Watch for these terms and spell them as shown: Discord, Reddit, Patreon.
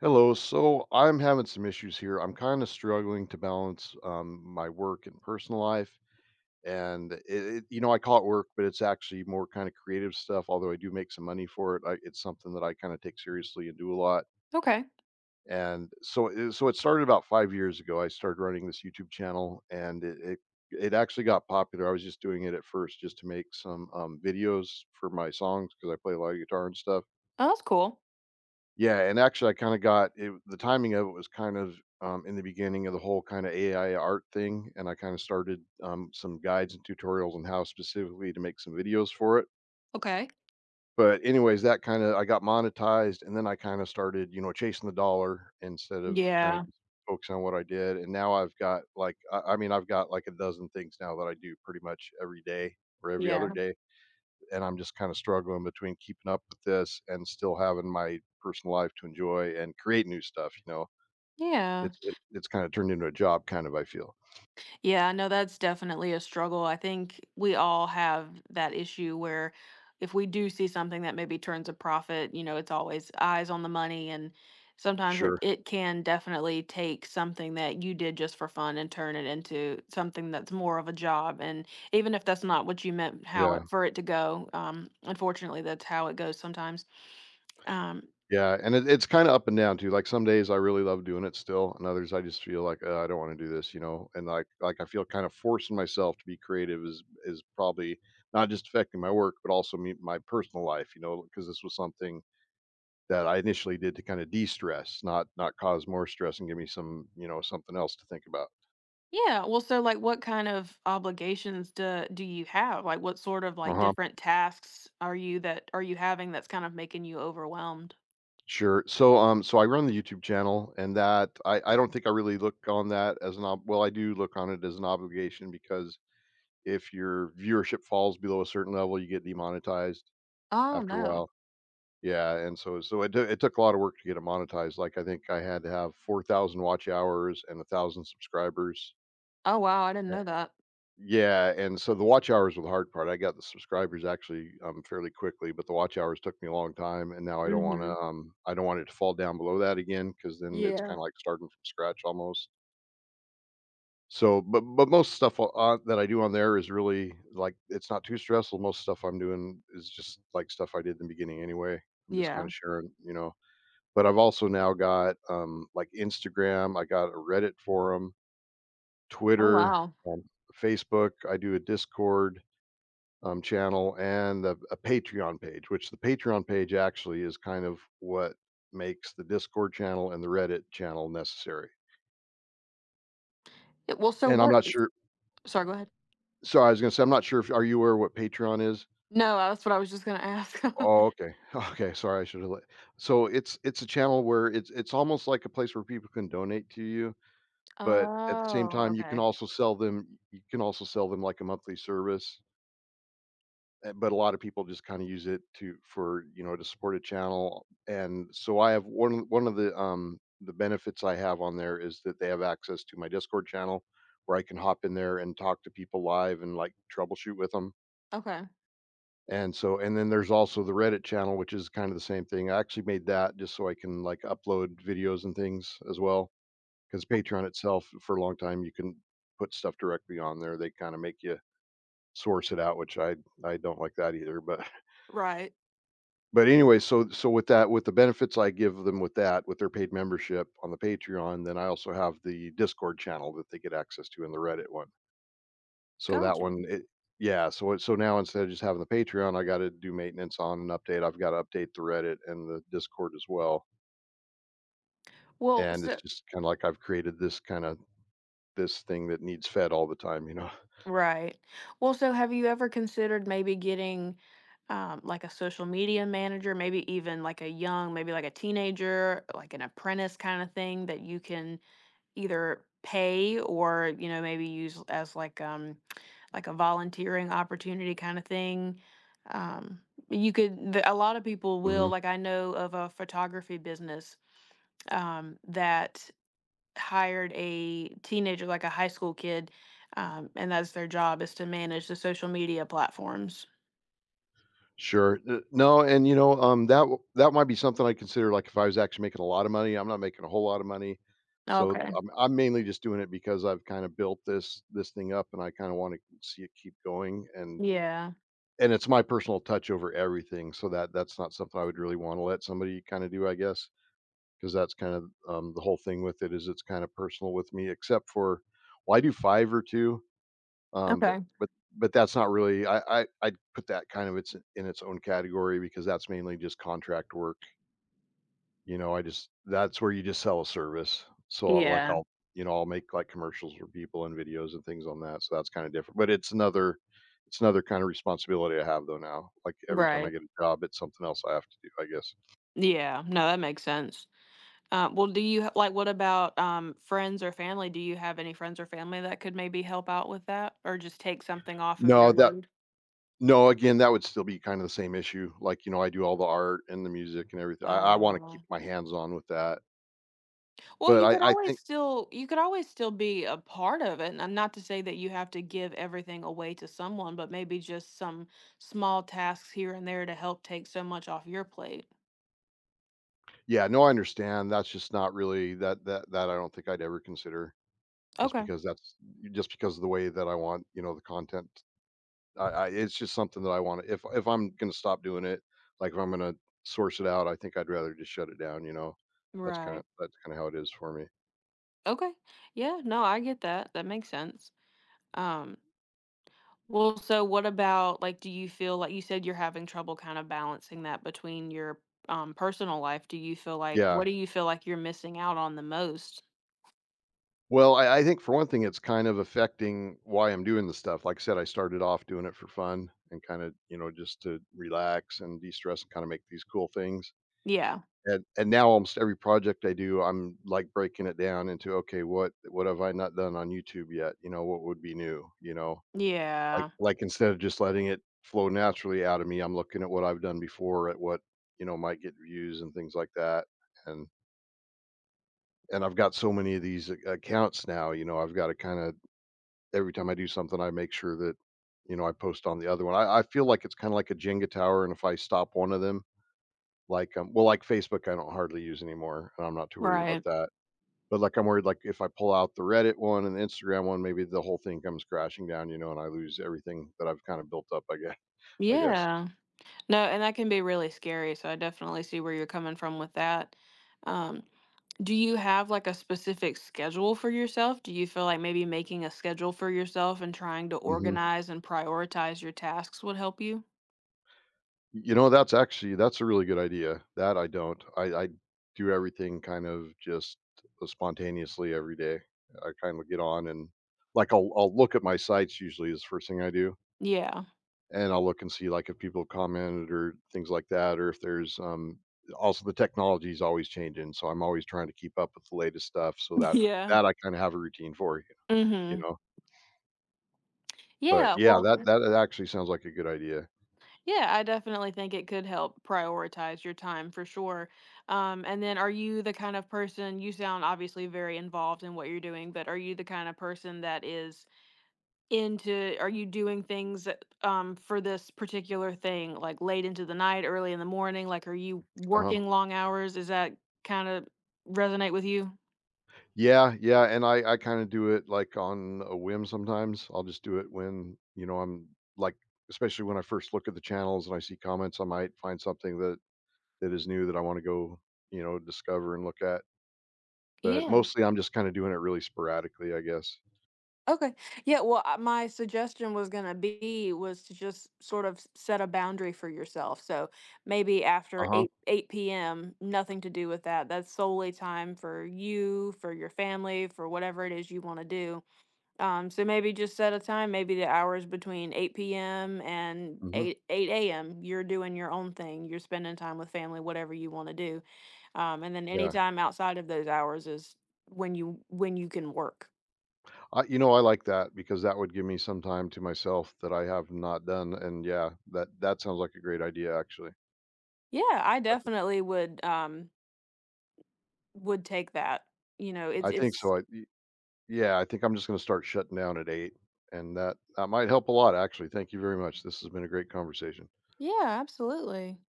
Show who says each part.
Speaker 1: Hello. So I'm having some issues here. I'm kind of struggling to balance my work and personal life. And it, I call it work, but it's actually more kind of creative stuff. Although I do make some money for it, it's something that I kind of take seriously and do a lot.
Speaker 2: Okay.
Speaker 1: So it started about 5 years ago. I started running this YouTube channel, and it actually got popular. I was just doing it at first just to make some videos for my songs because I play a lot of guitar and stuff.
Speaker 2: Oh, that's cool.
Speaker 1: Yeah, and actually I kinda got it the timing of it was kind of, in the beginning of the whole kinda AI art thing, and I kinda started some guides and tutorials on how specifically to make some videos for it.
Speaker 2: Okay.
Speaker 1: But anyways, that kinda I got monetized, and then I kinda started chasing the dollar instead of kinda
Speaker 2: Yeah,
Speaker 1: focusing on what I did. And now I've got, like I mean, I've got, like, a dozen things now that I do pretty much every day or every
Speaker 2: yeah.
Speaker 1: other day, and I'm just kind of struggling between keeping up with this and still having my personal life to enjoy and create new stuff, you know?
Speaker 2: Yeah.
Speaker 1: It's kinda turned into a job kind of, I feel.
Speaker 2: Yeah, I know that's definitely a struggle. I think we all have that issue where if we do see something that maybe turns a profit, you know, it's always eyes on the money, and sometimes it,
Speaker 1: Sure.
Speaker 2: it can definitely take something that you did just for fun and turn it into something that's more of a job. And even if that's not what you meant how it
Speaker 1: Yeah.
Speaker 2: for it to go, unfortunately that's how it goes sometimes. um
Speaker 1: Yeah, and it's kinda up and down too, like, some days I really love doing it still, and others I just feel like, I don't wanna do this," you know? And, like, I feel kind of forcing myself to be creative is probably not just affecting my work, but also me my personal life, because this was something that I initially did to kind of de-stress, not cause more stress and give me some, something else to think about.
Speaker 2: Yeah, well, so, like, what kind of obligations do you have? Like, what sort of, like,
Speaker 1: Uh-huh.
Speaker 2: different tasks are you having that's kind of making you overwhelmed?
Speaker 1: Sure. So I run the YouTube channel, and that I don't think I really look on that well, I do look on it as an obligation because if your viewership falls below a certain level you get demonetized
Speaker 2: Oh,
Speaker 1: after a
Speaker 2: no.
Speaker 1: while. Yeah, and so it took a lot of work to get it monetized. Like I think I had to have 4,000 watch hours and a 1,000 subscribers.
Speaker 2: Oh, wow, I didn't know that.
Speaker 1: Yeah, and so the watch hours were the hard part. I got the subscribers actually fairly quickly, but the watch hours took me a long time, and now
Speaker 2: Mhm.
Speaker 1: I don't want it to fall down below that again because then it's
Speaker 2: Yeah.
Speaker 1: kinda like starting from scratch almost. So, but most stuff o on that I do on there is really, like, it's not too stressful. Most stuff I'm doing is just, like, stuff I did in the beginning anyway. I'm just kinda
Speaker 2: Yeah.
Speaker 1: sharing, you know? But I've also now got like, Instagram. I got a Reddit forum,
Speaker 2: Oh,
Speaker 1: Twitter,
Speaker 2: wow.
Speaker 1: um, Facebook, I do a Discord channel and a Patreon page, which the Patreon page actually is kind of what makes the Discord channel and the Reddit channel necessary.
Speaker 2: Yeah, well, so
Speaker 1: And I'm
Speaker 2: what?
Speaker 1: not sure.
Speaker 2: Sorry, go ahead.
Speaker 1: Sorry, I was going to say I'm not sure if are you aware what Patreon is?
Speaker 2: No, that's what I was just gonna ask.
Speaker 1: Oh, okay. Okay, sorry, I should have. So it's a channel where it's almost like a place where people can donate to you, but at the same
Speaker 2: Oh,
Speaker 1: time, you can
Speaker 2: okay.
Speaker 1: also sell them. Like a monthly service. But a lot of people just kind of use it to for you know to support a channel, and so I have one of the benefits I have on there is that they have access to my Discord channel where I can hop in there and talk to people live and, like, troubleshoot with them.
Speaker 2: Okay.
Speaker 1: And then there's also the Reddit channel, which is kind of the same thing. I actually made that just so I can, like, upload videos and things as well because Patreon itself, for a long time, you can put stuff directly on there, they kind of make you source it out, which I don't like that either. but
Speaker 2: Right.
Speaker 1: But anyway, so with that, with the benefits I give them with that, with their paid membership on the Patreon, then I also have the Discord channel that they get access to in the Reddit one. So that
Speaker 2: Gotcha.
Speaker 1: one it yeah, so now instead of just having the Patreon, I gotta do maintenance on an update. I've gotta update the Reddit and the Discord as well.
Speaker 2: Well,
Speaker 1: And it's
Speaker 2: so.
Speaker 1: just kinda like I've created this kinda this thing that needs fed all the time, you know?
Speaker 2: Right. Well, so have you ever considered maybe getting like a social media manager, maybe even like a young, maybe like a teenager, like an apprentice kind of thing that you can either pay, or, maybe use as like a volunteering opportunity kind of thing. Um, you could a lot of people will, like, I know of a photography business that hired a teenager, like a high school kid, and that's their job is to manage the social media platforms.
Speaker 1: Sure. N no, and that might be something I consider, like, if I was actually making a lot of money. I'm not making a whole lot of money. So,
Speaker 2: Okay.
Speaker 1: I'm mainly just doing it because I've kinda built this thing up, and I kinda wanna see it keep going, and
Speaker 2: Yeah.
Speaker 1: and it's my personal touch over everything, so that's not something I would really wanna let somebody kinda do, I guess, because that's kind of the whole thing with it is it's kinda personal with me, except for, well, I do five or two. Um, but
Speaker 2: Okay.
Speaker 1: but but that's not really, I'd put that kind of its in its own category because that's mainly just contract work. You know, I just that's where you just sell a service. So like
Speaker 2: Yeah.
Speaker 1: I'll you know I'll make, like, commercials for people and videos and things on that. So that's kind of different. But it's another kind of responsibility I have though now. Like every time I
Speaker 2: Right.
Speaker 1: get a job, it's something else I have to do, I guess.
Speaker 2: Yeah. No, that makes sense. Well, do you like what about friends or family? Do you have any friends or family that could maybe help out with that or just take something off of
Speaker 1: No,
Speaker 2: your
Speaker 1: that
Speaker 2: load?
Speaker 1: no. Again, that would still be kind of the same issue. Like, I do all the art and the music and everything. I want to keep
Speaker 2: Oh.
Speaker 1: my hands on with that,
Speaker 2: Well,
Speaker 1: but
Speaker 2: you could
Speaker 1: I
Speaker 2: always
Speaker 1: think.
Speaker 2: still be a part of it, and not to say that you have to give everything away to someone, but maybe just some small tasks here and there to help take so much off your plate.
Speaker 1: Yeah, no, I understand. That's just not really that I don't think I'd ever consider, just
Speaker 2: Okay.
Speaker 1: because that's just because of the way that I want the content. I it's just something that I want to. If I'm gonna stop doing it, like if I'm gonna source it out, I think I'd rather just shut it down.
Speaker 2: Right.
Speaker 1: That's kind of how it is for me.
Speaker 2: Okay. Yeah, no, I get that. That makes sense. Um, well, so what about, like, do you feel like you said you're having trouble kind of balancing that between your personal life? Do you feel like
Speaker 1: Yeah.
Speaker 2: what do you feel like you're missing out on the most?
Speaker 1: Well, I think for one thing, it's kind of affecting why I'm doing the stuff. Like I said, I started off doing it for fun and kind of just to relax and de stress and kind of make these cool things.
Speaker 2: Yeah.
Speaker 1: And now almost every project I do, I'm, like, breaking it down into, "Okay, what have I not done on YouTube yet?" "What would be new?" You know? Like
Speaker 2: Yeah.
Speaker 1: like, instead of just letting it flow naturally out of me, I'm looking at what I've done before, at what might get views and things like that, and and I've got so many of these ac accounts now. I've gotta kinda Every time I do something, I make sure that, I post on the other one. I feel like it's kinda like a Jenga tower, and if I stop one of them, like, well, like, Facebook, I don't hardly use anymore, and I'm not too worried about
Speaker 2: Right.
Speaker 1: that. But, like, I'm worried, like, if I pull out the Reddit one and the Instagram one, maybe the whole thing comes crashing down, and I lose everything that I've kind of built up, I guess.
Speaker 2: Yeah. No, and that can be really scary, so I definitely see where you're coming from with that. Um, do you have, like, a specific schedule for yourself? Do you feel like maybe making a schedule for yourself and trying to
Speaker 1: Mhm.
Speaker 2: organize and prioritize your tasks would help you?
Speaker 1: That's actually that's a really good idea. That I don't. I do everything kind of just spontaneously every day. I kind of get on and, like, I'll look at my sites usually is the first thing I do,
Speaker 2: Yeah.
Speaker 1: and I'll look and see, like, if people commented or things like that, or if there's also the technology is always changing, so I'm always trying to keep up with the latest stuff. So that
Speaker 2: Yeah.
Speaker 1: that I kind of have a routine for, you
Speaker 2: Mhm.
Speaker 1: know. But
Speaker 2: Yeah,
Speaker 1: yeah,
Speaker 2: well,
Speaker 1: that actually sounds like a good idea.
Speaker 2: yeah, I definitely think it could help prioritize your time for sure. And then, are you the kind of person you sound obviously very involved in what you're doing, but are you the kind of person that is Into, are you doing things that, for this particular thing, like, late into the night, early in the morning? Like, are you
Speaker 1: Uh huh.
Speaker 2: working long hours? Is that kinda resonate with you?
Speaker 1: Yeah, yeah, and I kind of do it, like, on a whim sometimes. I'll just do it when you know I'm like, especially when I first look at the channels and I see comments, I might find something that is new that I want to go discover and look at. But
Speaker 2: Yeah.
Speaker 1: mostly, I'm just kinda doing it really sporadically, I guess.
Speaker 2: Okay. Yeah, well, my suggestion was gonna be, was to just sort of s set a boundary for yourself. So maybe after
Speaker 1: Uh-huh.
Speaker 2: 8 p.m., nothing to do with that. That's solely time for you, for your family, for whatever it is you wanna do. So maybe just set a time, maybe the hours between 8 p.m. and
Speaker 1: Mhm.
Speaker 2: eight AM. You're doing your own thing. You're spending time with family, whatever you want to do. And then any
Speaker 1: Yeah.
Speaker 2: time outside of those hours is when you can work.
Speaker 1: I like that because that would give me some time to myself that I have not done, and yeah, that sounds like a great idea, actually.
Speaker 2: Yeah, I
Speaker 1: I think
Speaker 2: definitely would take that. You know,
Speaker 1: I think
Speaker 2: it's,
Speaker 1: so. I y yeah, I think I'm just gonna start shutting down at 8, and that might help a lot, actually. Thank you very much. This has been a great conversation.
Speaker 2: yeah, absolutely.